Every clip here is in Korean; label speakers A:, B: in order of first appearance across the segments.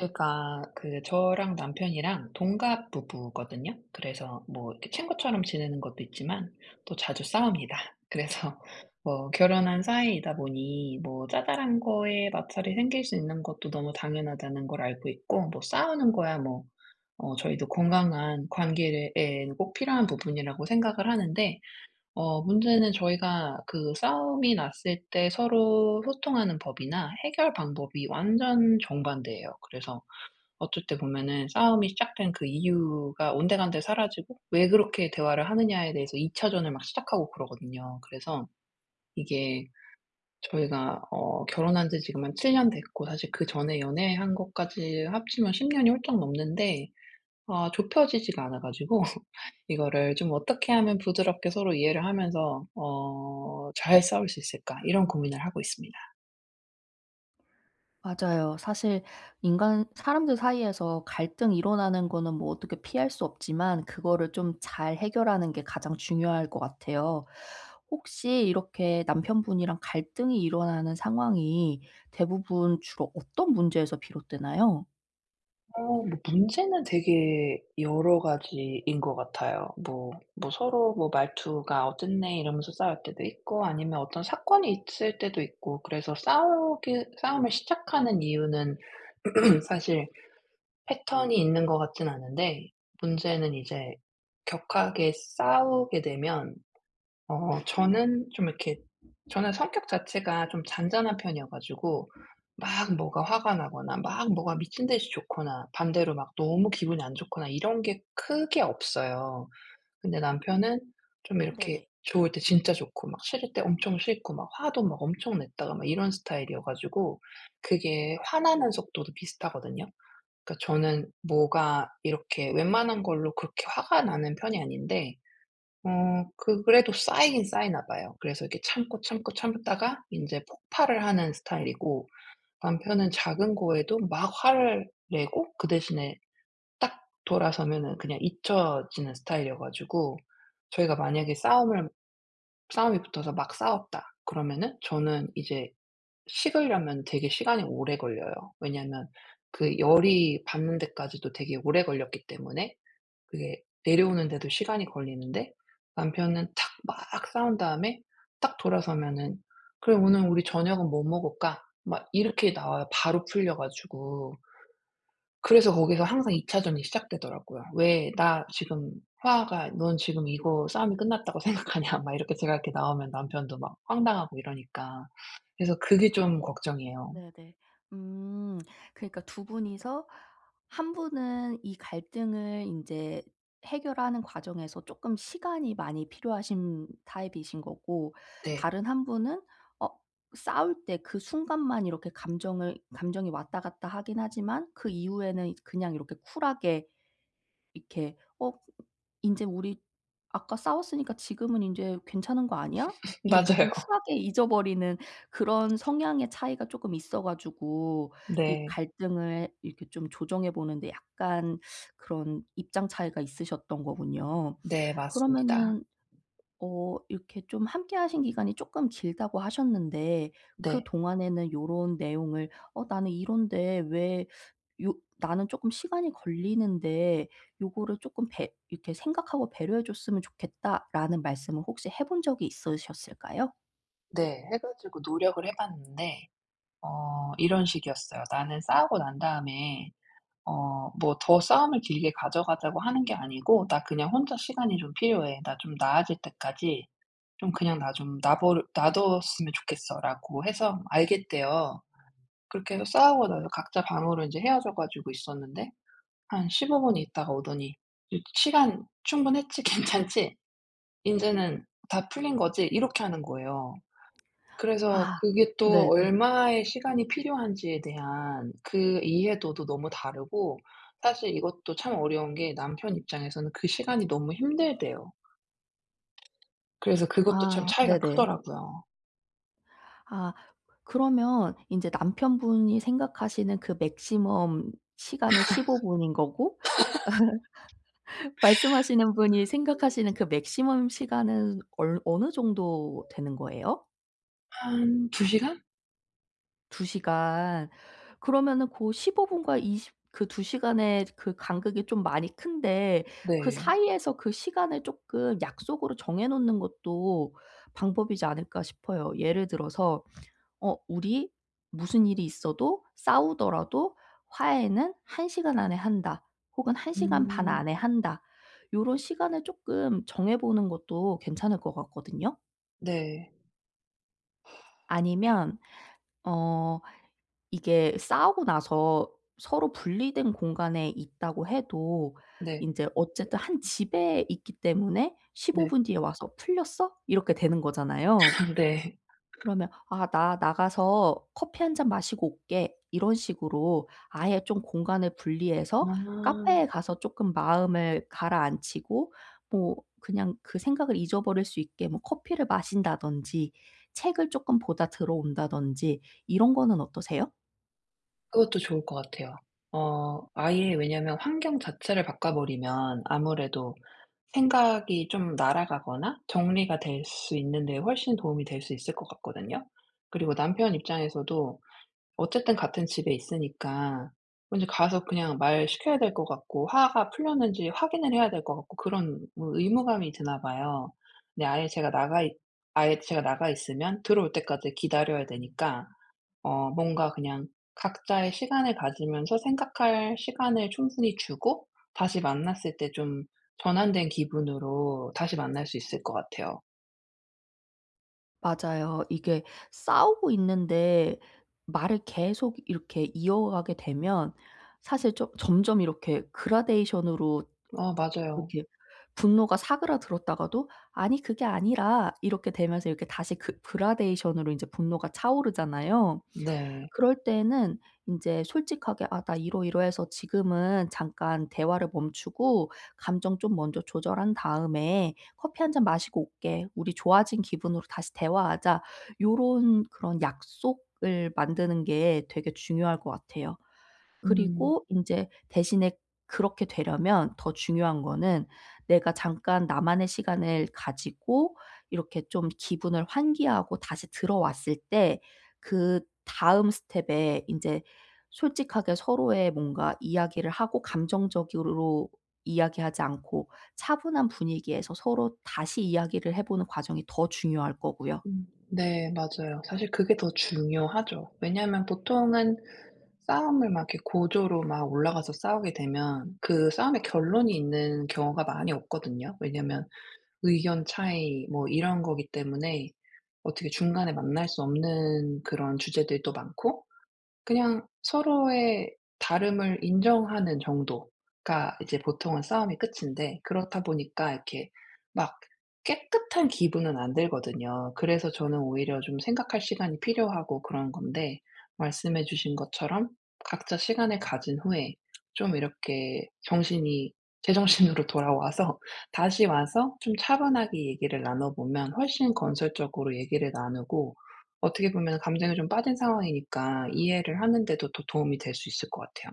A: 제가 그 저랑 남편이랑 동갑 부부거든요. 그래서 뭐 이렇게 친구처럼 지내는 것도 있지만 또 자주 싸웁니다. 그래서 뭐 결혼한 사이이다 보니 뭐 짜잘한 거에 마찰이 생길 수 있는 것도 너무 당연하다는 걸 알고 있고, 뭐 싸우는 거야 뭐 저희도 건강한 관계에 꼭 필요한 부분이라고 생각을 하는데, 문제는 저희가 그 싸움이 났을 때 서로 소통하는 법이나 해결 방법이 완전 정반대예요. 그래서 어쩔 때 보면은 싸움이 시작된 그 이유가 온데간데 사라지고 왜 그렇게 대화를 하느냐에 대해서 2 차전을 막 시작하고 그러거든요. 그래서 이게 저희가 결혼한 지 지금 한 7년 됐고, 사실 그전에 연애한 것까지 합치면 10 년이 훌쩍 넘는데 아 좁혀지지가 않아 가지고 이거를 좀 '어떻게 하면 부드럽게 서로 이해를 하면서 잘 싸울 수 있을까?' 이런 고민을 하고 있습니다.
B: 맞아요. 사실 인간 사람들 사이에서 갈등 일어나는 거는 뭐 어떻게 피할 수 없지만 그거를 좀 잘 해결하는 게 가장 중요할 것 같아요. 혹시 이렇게 남편분이랑 갈등이 일어나는 상황이 대부분 주로 어떤 문제에서 비롯되나요?
A: 뭐 문제는 되게 여러 가지인 것 같아요. 뭐 서로 뭐 말투가 "어쨌네." 이러면서 싸울 때도 있고, 아니면 어떤 사건이 있을 때도 있고, 그래서 싸우기 싸움을 시작하는 이유는 사실 패턴이 있는 것 같진 않은데, 문제는 이제 격하게 싸우게 되면 어 저는 좀 이렇게 저는 성격 자체가 좀 잔잔한 편이어 가지고 막 뭐가 화가 나거나 막 뭐가 미친 듯이 좋거나 반대로 막 너무 기분이 안 좋거나 이런 게 크게 없어요. 근데 남편은 좀 이렇게
B: 네네.
A: 좋을 때 진짜 좋고 막 싫을 때 엄청 싫고 막 화도 막 엄청 냈다가 막 이런 스타일이어 가지고, 그게 화나는 속도도 비슷하거든요. 그러니까 저는 뭐가 이렇게 웬만한 걸로 그렇게 화가 나는 편이 아닌데 그래도 쌓이긴 쌓이나 봐요. 그래서 이렇게 참고, 참고, 참다가 이제 폭발을 하는 스타일이고, 남편은 작은 거에도 막 화를 내고 그 대신에 딱 돌아서면은 그냥 잊혀지는 스타일이어 가지고, 저희가 만약에 싸움을 싸움이 붙어서 막 싸웠다 그러면은 저는 이제 식으려면 되게 시간이 오래 걸려요. 왜냐하면 그 열이 받는 데까지도 되게 오래 걸렸기 때문에 그게 내려오는데도 시간이 걸리는데, 남편은 탁 막 싸운 다음에 딱 돌아서면은 "그래, 오늘 우리 저녁은 뭐 먹을까?" 막 이렇게 나와요, 바로 풀려 가지고. 그래서 거기서 항상 2 차전이 시작되더라고요. "왜 나 지금 화가 넌 지금 이거 싸움이 끝났다고 생각하냐?" 막 이렇게 제가 이렇게 나오면 남편도 막 황당하고 이러니까. 그래서 그게 좀
B: 아
A: 걱정이에요.
B: 네네. 음. 그러니까 두 분이서 한 분은 이 갈등을 인제 해결하는 과정에서 쪼끔 시간이 많이 필요하신 타입이신 거고,
A: 네.
B: 다른 한 분은 어 싸울 때 그 순간만 이렇게 감정을 감정이 왔다 갔다 하긴 하지만 그 이후에는 그냥 이렇게 쿨하게, 이렇게 인제 우리 아까 싸웠으니까 지금은 인제 괜찮은 거 아니야?" 이렇게
A: 맞아요.
B: 좀 쿨하게 잊어버리는 그런 성향의 차이가 쪼끔 있어 가지고 이
A: 네.
B: 갈등을 이렇게 좀 조정해 보는 데 약간 그런 입장 차이가 있으셨던 거군요.
A: 네, 맞습니다.
B: 그러면은 이렇게 좀 함께 하신 기간이 조금 길다고 하셨는데,
A: 네.
B: 그동안에는 요런 내용을 나는 이런데 왜 요 나는 조금 시간이 걸리는데 요거를 조금 배 이렇게 생각하고 배려해 줬으면 좋겠다.'라는 말씀을 혹시 해본 적이 있으셨을까요?
A: 네. 해 가지고 노력을 해 봤는데 이런 식이었어요. 나는 싸우고 난 다음에 뭐 더 싸움을 길게 가져가자고 하는 게 아니고, "나 그냥 혼자 시간이 좀 필요해. 나 좀 나아질 때까지 좀 그냥 나 좀 놔버 놔뒀으면 좋겠어."라고 해서 알겠대요. 그렇게 해서 싸우고 나서 각자 방으로 이제 헤어져 가지고 있었는데 한 15분 있다가 오더니 "시간 충분했지? 괜찮지? 이제는 다 풀린 거지?" 이렇게 하는 거예요. 그래서
B: 아
A: 그게 또
B: 네네.
A: 얼마의 시간이 필요한지에 대한 그 이해도도 너무 다르고, 사실 이것도 참 어려운 게 남편 입장에서는 그 시간이 너무 힘들대요. 그래서 그것도 참
B: 아
A: 차이가
B: 네네.
A: 크더라고요.
B: 아, 그러면 이제 남편분이 생각하시는 그 맥시멈 시간은 15 분인 거고, 말씀하시는 분이 생각하시는 그 맥시멈 시간은 얼 어느 정도 되는 거예요?
A: 한 2 시간?
B: 두 시간. 그러면은 고 15 분과 이십 그 두 시간의 그 간극이 좀 많이 큰데, 그
A: 네.
B: 사이에서 그 시간을 쪼끔 약속으로 정해 놓는 것도 방법이지 않을까 싶어요. 예를 들어서 "우리 무슨 일이 있어도 싸우더라도 화해는 1 시간 안에 한다." 혹은 "1 시간 반
A: 음.
B: 안에 한다." 요런 시간을 조금 정해 보는 것도 괜찮을 것 같거든요.
A: 네. 네.
B: 아니면 어 이게 싸우고 나서 서로 분리된 공간에 있다고 해도
A: 네.
B: 이제 어쨌든 한 집에 있기 때문에 "15 분 뒤에 와서 풀렸어?" 이렇게 되는 거잖아요.
A: 네.
B: 그러면 "아 나 나가서 커피 한 잔 마시고 올게." 이런 식으로 아예 좀 공간을
A: 네.
B: 분리해서
A: 아.
B: 카페에 가서 쪼끔 마음을 가라앉히고, 뭐 그냥 그 생각을 잊어버릴 수 있게 뭐 커피를 마신다든지 책을 쪼끔 보다 들어온다든지 이런 거는 어떠세요?
A: 그것도 좋을 것 같아요. 아예, 왜냐면 환경 자체를 바꿔버리면 아무래도 생각이 좀 날아가거나 정리가 될 수 있는 데 훨씬 도움이 될 수 있을 것 같거든요. 그리고 남편 입장에서도 어쨌든 같은 집에 있으니까 먼저 가서 그냥 말 시켜야 될 것 같고 화가 풀렸는지 확인을 해야 될 것 같고 그런 뭐 의무감이 드나 봐요. 근데 아예 제가 나가 있으면 들어올 때까지 기다려야 되니까 뭔가 그냥 각자의 시간을 가지면서 생각할 시간을 충분히 주고 다시 만났을 때 좀 전환된 기분으로 다시 만날 수 있을 것 같아요.
B: 맞아요. 이게 싸우고 있는데 말을 계속 이렇게 이어가게 되면 사실 좀 점점 이렇게 그라데이션으로
A: 어 맞아요.
B: 이렇게 분노가 사그라들었다가도 "아니 그게 아니라." 이렇게 되면서 이렇게 다시 그 그라데이션으로 인제 분노가 차오르잖아요.
A: 네.
B: 그럴 때에는 인제 솔직하게 "아 나 이러이러해서 지금은 잠깐 대화를 멈추고 감정 좀 먼저 조절한 다음에 커피 한 잔 마시고 올게. 우리 좋아진 기분으로 다시 대화하자." 요런 그런 약속을 만드는 게 되게 중요할 것 같아요.
A: 음.
B: 그리고 인제 대신에 그렇게 되려면 더 중요한 거는, 내가 잠깐 나만의 시간을 가지고 이렇게 좀 기분을 환기하고 다시 들어왔을 때 그다음 스텝에 인제 솔직하게 서로의 뭔가 이야기를 하고, 감정적으로 이야기하지 않고 차분한 분위기에서 서로 다시 이야기를 해 보는 과정이 더 중요할 거고요.
A: 음. 네, 맞아요. 사실 그게 더 중요하죠. 왜냐하면 보통은 싸움을 막 이렇게 고조로 막 올라가서 싸우게 되면 그 싸움의 결론이 있는 경우가 많이 없거든요. 왜냐면 의견 차이 뭐 이런 거기 때문에 어떻게 중간에 만날 수 없는 그런 주제들도 많고 그냥 서로의 다름을 인정하는 정도가 이제 보통은 싸움이 끝인데, 그렇다 보니까 이렇게 막 깨끗한 기분은 안 들거든요. 그래서 저는 오히려 좀 생각할 시간이 필요하고 그런 건데, 말씀해 주신 것처럼 각자 시간을 가진 후에 좀 이렇게 정신이 제정신으로 돌아와서 다시 와서 좀 차분하게 얘기를 나눠보면 훨씬 건설적으로 얘기를 나누고 어떻게 보면 감정에 좀 빠진 상황이니까 이해를 하는 데도 더 도움이 될 수 있을 것 같아요.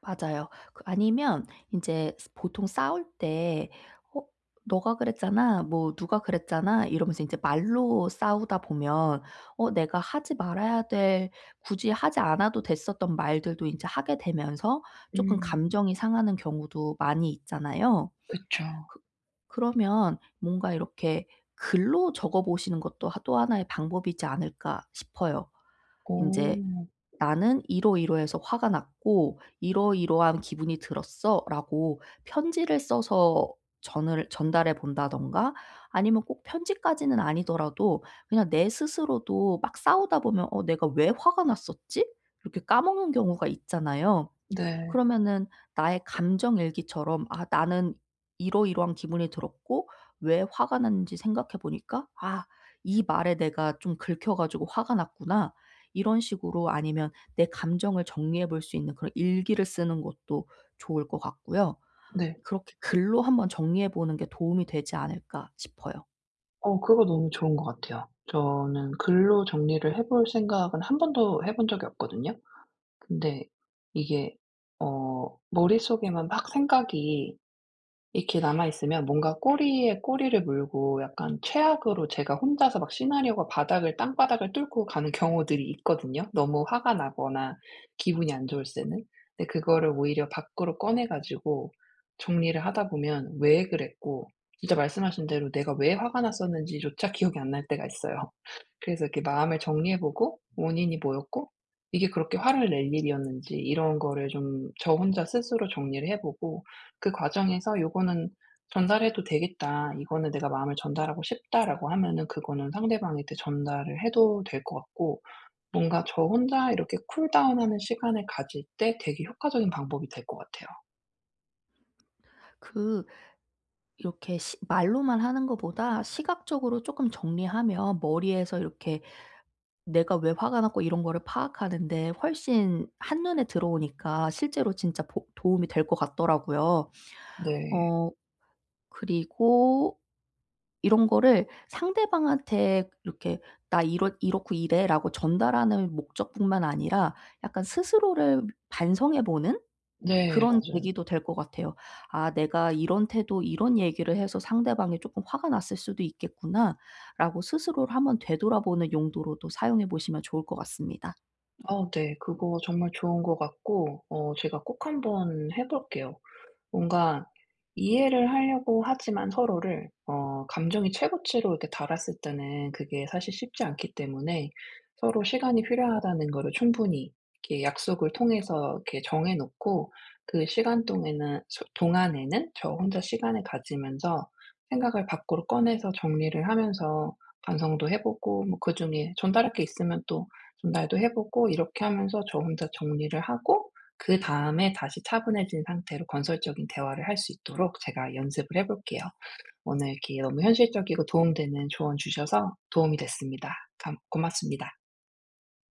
B: 맞아요. 아니면 인제 스 보통 싸울 때 "어 너가 그랬잖아." 뭐 "누가 그랬잖아." 이러면서 인제 말로 싸우다 보면 내가 하지 말아야 될, 굳이 하지 않아도 됐었던 말들도 인제 하게 되면서 쪼끔
A: 음.
B: 감정이 상하는 경우도 많이 있잖아요.
A: 그쵸.
B: 그 그러면 뭔가 이렇게 글로 적어 보시는 것도 하 또 하나의 방법이지 않을까 싶어요. 인제
A: 오.
B: "나는 이러이러해서 화가 났고 이러이러한 기분이 들었어."라고 편지를 써서 전을 전달해 본다든가, 아니면 꼭 편지까지는 아니더라도 그냥 내 스스로도 막 싸우다 보면 내가 왜 화가 났었지?' 이렇게 까먹는 경우가 있잖아요.
A: 네.
B: 그러면은 나의 감정 일기처럼 '아 나는 이러이러한 기분이 들었고, 왜 화가 났는지 생각해 보니까 아 이 말에 내가 좀 긁혀 가지고 화가 났구나.' 이런 식으로, 아니면 내 감정을 정리해 볼 수 있는 그런 일기를 쓰는 것도 좋을 것 같고요.
A: 네.
B: 그렇게 글로 한번 정리해 보는 게 도움이 되지 않을까 싶어요.
A: 그거 너무 좋은 것 같아요. 저는 글로 정리를 해볼 생각은 한 번도 해본 적이 없거든요. 근데 이게 머릿속에만 막 생각이 이렇게 남아 있으면 뭔가 꼬리에 꼬리를 물고 약간 최악으로 제가 혼자서 막 시나리오가 바닥을 땅바닥을 뚫고 가는 경우들이 있거든요, 너무 화가 나거나 기분이 안 좋을 때는. 근데 그거를 오히려 밖으로 꺼내 가지고 정리를 하다 보면 왜 그랬고, 진짜 말씀하신 대로 내가 왜 화가 났었는지조차 기억이 안 날 때가 있어요. 그래서 이렇게 마음을 정리해 보고 원인이 뭐였고 이게 그렇게 화를 낼 일이었는지 이런 거를 좀 저 혼자 스스로 정리를 해 보고, 그 과정에서 요거는 '전달해도 되겠다. 이거는 내가 마음을 전달하고 싶다.'라고 하면은 그거는 상대방한테 전달을 해도 될 것 같고, 뭔가 저 혼자 이렇게 쿨다운하는 시간을 가질 때 되게 효과적인 방법이 될 것 같아요.
B: 그 이렇게 시 말로만 하는 것보다 시각적으로 쪼끔 정리하면 머리에서 이렇게 내가 왜 화가 났고 이런 거를 파악하는데 훨씬 한눈에 들어오니까, 실제로 진짜 보 도움이 될 것 같더라고요.
A: 네.
B: 어 그리고 이런 거를 상대방한테 이렇게 "나 이렇고 이래."라고 전달하는 목적뿐만 아니라 약간 스스로를 반성해 보는
A: 네,
B: 그런
A: 맞아요.
B: 계기도 될 것 같아요. '아 내가 이런 태도 이런 얘기를 해서 상대방이 쪼끔 화가 났을 수도 있겠구나.'라고 스스로를 한번 되돌아보는 용도로도 사용해 보시면 좋을 것 같습니다.
A: 어 네. 그거 정말 좋은 것 같고 제가 꼭 한번 해 볼게요. 뭔가 이해를 하려고 하지만 서로를 감정이 최고치로 이렇게 달았을 때는 그게 사실 쉽지 않기 때문에, 서로 시간이 필요하다는 거를 충분히 이렇게 약속을 통해서 이렇게 정해 놓고 그 시간 동에는 소 동안에는 저 혼자 시간을 가지면서 생각을 밖으로 꺼내서 정리를 하면서 반성도 해 보고 뭐 그중에 전달할 게 있으면 또 전달도 해 보고 이렇게 하면서 저 혼자 정리를 하고, 그다음에 다시 차분해진 상태로 건설적인 대화를 할 수 있도록 제가 연습을 해 볼게요. 오늘 이렇게 너무 현실적이고 도움되는 조언 주셔서 도움이 됐습니다. 감 고맙습니다.